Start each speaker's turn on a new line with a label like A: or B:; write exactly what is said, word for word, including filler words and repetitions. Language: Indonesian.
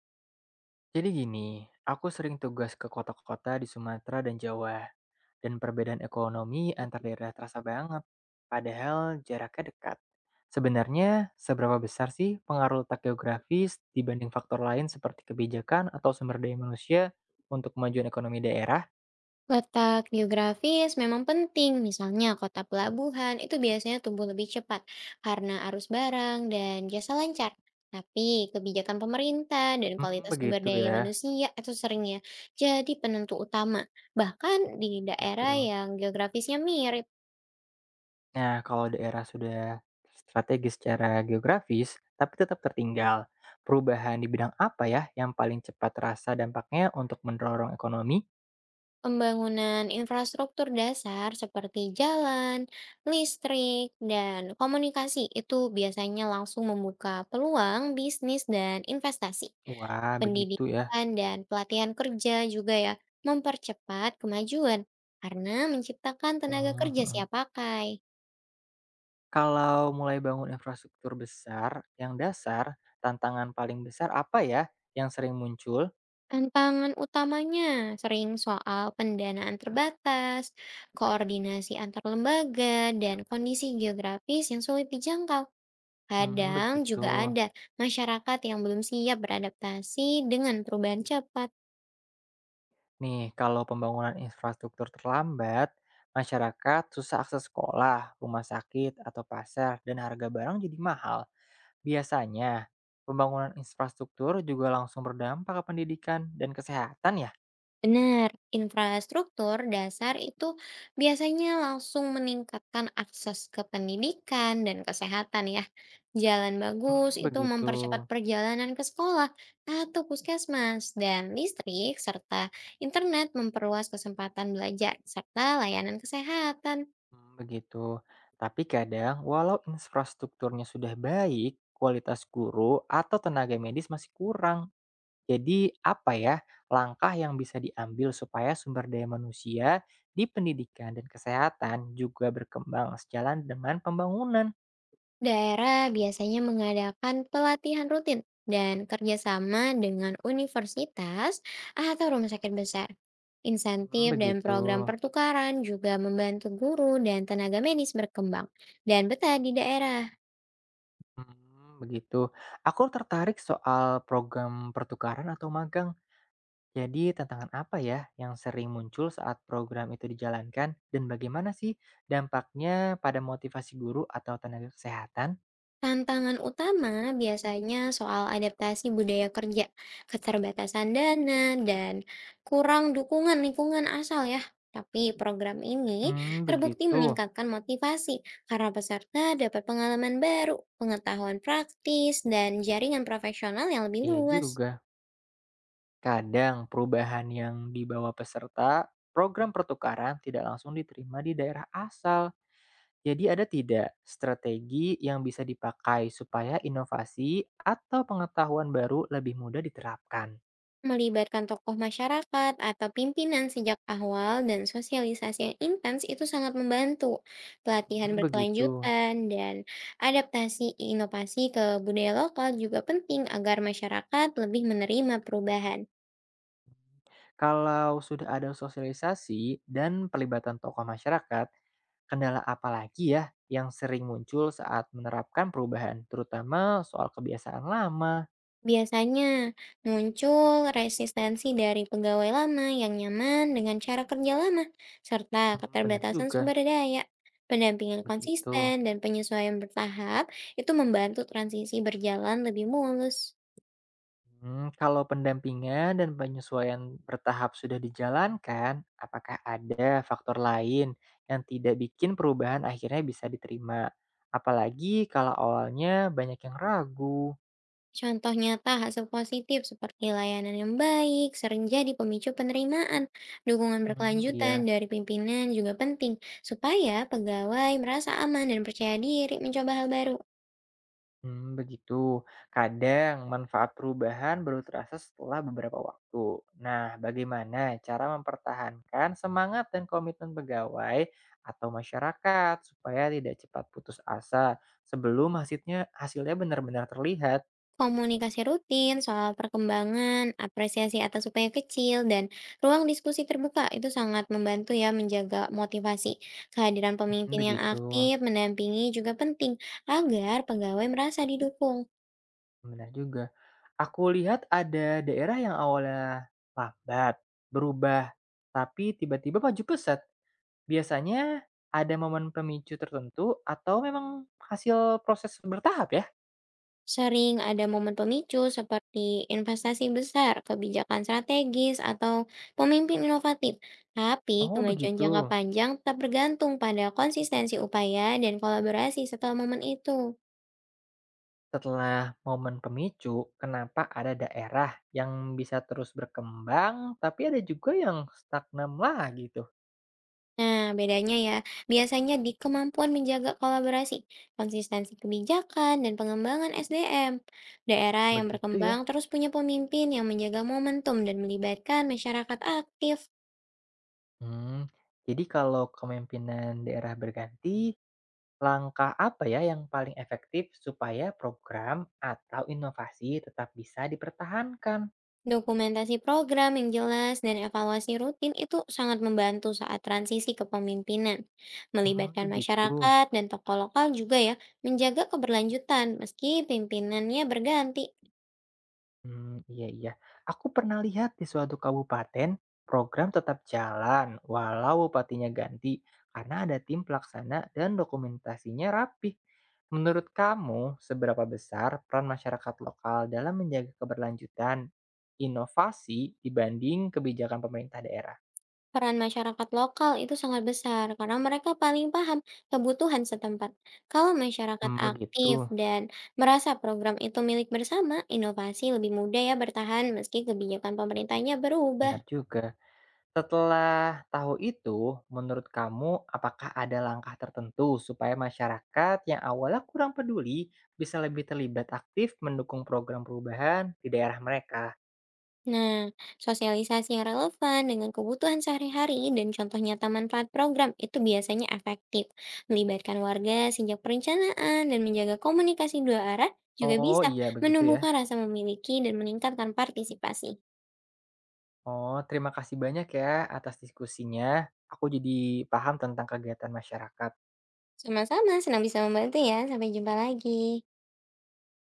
A: Jadi gini, aku sering tugas ke kota-kota di Sumatera dan Jawa, dan perbedaan ekonomi antar daerah terasa banget, padahal jaraknya dekat. Sebenarnya, seberapa besar sih pengaruh letak geografis dibanding faktor lain seperti kebijakan atau sumber daya manusia untuk kemajuan ekonomi daerah?
B: Letak geografis memang penting, misalnya kota pelabuhan itu biasanya tumbuh lebih cepat karena arus barang dan jasa lancar. Tapi kebijakan pemerintah dan
A: Hmm,
B: kualitas sumber
A: begitu
B: daya
A: ya.
B: manusia itu seringnya jadi penentu utama. Bahkan di
A: Hmm, begitu.
B: daerah yang geografisnya mirip,
A: Nah, kalau daerah sudah strategis secara geografis, tapi tetap tertinggal, perubahan di bidang apa ya yang paling cepat terasa dampaknya untuk mendorong ekonomi?
B: pembangunan infrastruktur dasar seperti jalan, listrik, dan komunikasi itu biasanya langsung membuka peluang bisnis dan investasi.
A: Wah, begitu ya.
B: Pendidikan dan pelatihan kerja juga ya mempercepat kemajuan karena menciptakan tenaga
A: Hmm,
B: kerja
A: hmm.
B: siap pakai.
A: Kalau mulai bangun infrastruktur besar, yang dasar, tantangan paling besar apa ya yang sering muncul?
B: Tantangan utamanya sering soal pendanaan terbatas, koordinasi antar lembaga, dan kondisi geografis yang sulit dijangkau.
A: Hmm,
B: Kadang
A: begitu.
B: juga ada masyarakat yang belum siap beradaptasi dengan perubahan cepat.
A: Nih, kalau pembangunan infrastruktur terlambat, masyarakat susah akses sekolah, rumah sakit, atau pasar, dan harga barang jadi mahal. Biasanya, pembangunan infrastruktur juga langsung berdampak ke pendidikan dan kesehatan ya?
B: Benar, infrastruktur dasar itu biasanya langsung meningkatkan akses ke pendidikan dan kesehatan ya. Jalan
A: Hmm,
B: bagus itu
A: begitu.
B: mempercepat perjalanan ke sekolah atau puskesmas dan listrik serta internet memperluas kesempatan belajar serta layanan kesehatan.
A: Hmm, begitu. Tapi kadang, walau infrastrukturnya sudah baik, kualitas guru atau tenaga medis masih kurang. Jadi, apa ya langkah yang bisa diambil supaya sumber daya manusia di pendidikan dan kesehatan juga berkembang sejalan dengan pembangunan?
B: Daerah biasanya mengadakan pelatihan rutin dan kerjasama dengan universitas atau rumah sakit besar.
A: Hmm,
B: Insentif dan
A: begitu.
B: program pertukaran juga membantu guru dan tenaga medis berkembang dan betah di daerah.
A: Mmm, begitu. Aku tertarik soal program pertukaran atau magang. Jadi tantangan apa ya yang sering muncul saat program itu dijalankan dan bagaimana sih dampaknya pada motivasi guru atau tenaga kesehatan?
B: Tantangan utama biasanya soal adaptasi budaya kerja, keterbatasan dana, dan kurang dukungan lingkungan asal ya. Tapi program ini
A: Hmm,
B: terbukti
A: begitu.
B: meningkatkan motivasi karena peserta dapat pengalaman baru, pengetahuan praktis, dan jaringan profesional yang lebih
A: Iya
B: luas.
A: juga. Kadang perubahan yang dibawa peserta program pertukaran tidak langsung diterima di daerah asal. Jadi ada tidak strategi yang bisa dipakai supaya inovasi atau pengetahuan baru lebih mudah diterapkan?
B: Melibatkan tokoh masyarakat atau pimpinan sejak awal dan sosialisasi yang intens itu sangat membantu. Pelatihan
A: Hmm, begitu.
B: berkelanjutan dan adaptasi inovasi ke budaya lokal juga penting agar masyarakat lebih menerima perubahan.
A: Kalau sudah ada sosialisasi dan pelibatan tokoh masyarakat, kendala apa lagi ya yang sering muncul saat menerapkan perubahan, terutama soal kebiasaan lama?
B: Biasanya muncul resistensi dari pegawai lama yang nyaman dengan cara kerja lama, serta
A: Hmm, benar
B: keterbatasan
A: juga,
B: sumber daya. Pendampingan
A: begitu.
B: konsisten dan penyesuaian bertahap itu membantu transisi berjalan lebih mulus.
A: Hmm, kalau pendampingan dan penyesuaian bertahap sudah dijalankan, apakah ada faktor lain yang tidak bikin perubahan akhirnya bisa diterima? Apalagi kalau awalnya banyak yang ragu.
B: Contoh nyata hasil positif seperti layanan yang baik sering jadi pemicu penerimaan. Dukungan
A: Hmm,
B: berkelanjutan
A: iya.
B: dari pimpinan juga penting supaya pegawai merasa aman dan percaya diri mencoba hal baru.
A: Hmm, begitu. Kadang manfaat perubahan baru terasa setelah beberapa waktu. Nah, bagaimana cara mempertahankan semangat dan komitmen pegawai atau masyarakat supaya tidak cepat putus asa sebelum hasilnya hasilnya benar-benar terlihat?
B: Komunikasi rutin soal perkembangan, apresiasi atas upaya kecil, dan ruang diskusi terbuka itu sangat membantu ya menjaga motivasi. Kehadiran
A: Hmm,
B: pemimpin yang
A: begitu.
B: aktif mendampingi juga penting agar pegawai merasa didukung.
A: Benar juga. Aku lihat ada daerah yang awalnya lambat, berubah, tapi tiba-tiba maju pesat. Biasanya ada momen pemicu tertentu atau memang hasil proses bertahap ya?
B: Sering ada momen pemicu seperti investasi besar, kebijakan strategis, atau pemimpin inovatif. Tapi
A: Oh,
B: kemajuan jangka
A: begitu.
B: panjang tetap bergantung pada konsistensi upaya dan kolaborasi setelah momen itu.
A: Setelah momen pemicu, kenapa ada daerah yang bisa terus berkembang, tapi ada juga yang stagnan lagi tuh?
B: Nah, bedanya ya, biasanya di kemampuan menjaga kolaborasi, konsistensi kebijakan, dan pengembangan S D M. Daerah yang
A: Begitu ya.
B: berkembang terus punya pemimpin yang menjaga momentum dan melibatkan masyarakat aktif.
A: Hmm, jadi kalau kepemimpinan daerah berganti, langkah apa ya yang paling efektif supaya program atau inovasi tetap bisa dipertahankan?
B: Dokumentasi program yang jelas dan evaluasi rutin itu sangat membantu saat transisi kepemimpinan.
A: Hmm,
B: Melibatkan
A: begitu.
B: masyarakat dan tokoh lokal juga ya, menjaga keberlanjutan meski pimpinannya berganti.
A: Mmm, iya iya. Aku pernah lihat di suatu kabupaten, program tetap jalan walau bupatinya ganti, karena ada tim pelaksana dan dokumentasinya rapih. Menurut kamu, seberapa besar peran masyarakat lokal dalam menjaga keberlanjutan inovasi dibanding kebijakan pemerintah daerah?
B: Peran masyarakat lokal itu sangat besar karena mereka paling paham kebutuhan setempat. Kalau masyarakat
A: Mmm, begitu,
B: aktif dan merasa program itu milik bersama, inovasi lebih mudah ya bertahan meski kebijakan pemerintahnya berubah.
A: benar juga. Setelah tahu itu, menurut kamu apakah ada langkah tertentu supaya masyarakat yang awalnya kurang peduli bisa lebih terlibat aktif mendukung program perubahan di daerah mereka?
B: Nah, sosialisasi yang relevan dengan kebutuhan sehari-hari dan contoh nyata manfaat program itu biasanya efektif. Melibatkan warga sejak perencanaan dan menjaga komunikasi dua arah juga
A: Oh,
B: bisa
A: iya, begitu ya.
B: menumbuhkan rasa memiliki dan meningkatkan partisipasi.
A: Oh, terima kasih banyak ya atas diskusinya. Aku jadi paham tentang kegiatan masyarakat.
B: Sama-sama, senang bisa membantu ya. Sampai jumpa lagi.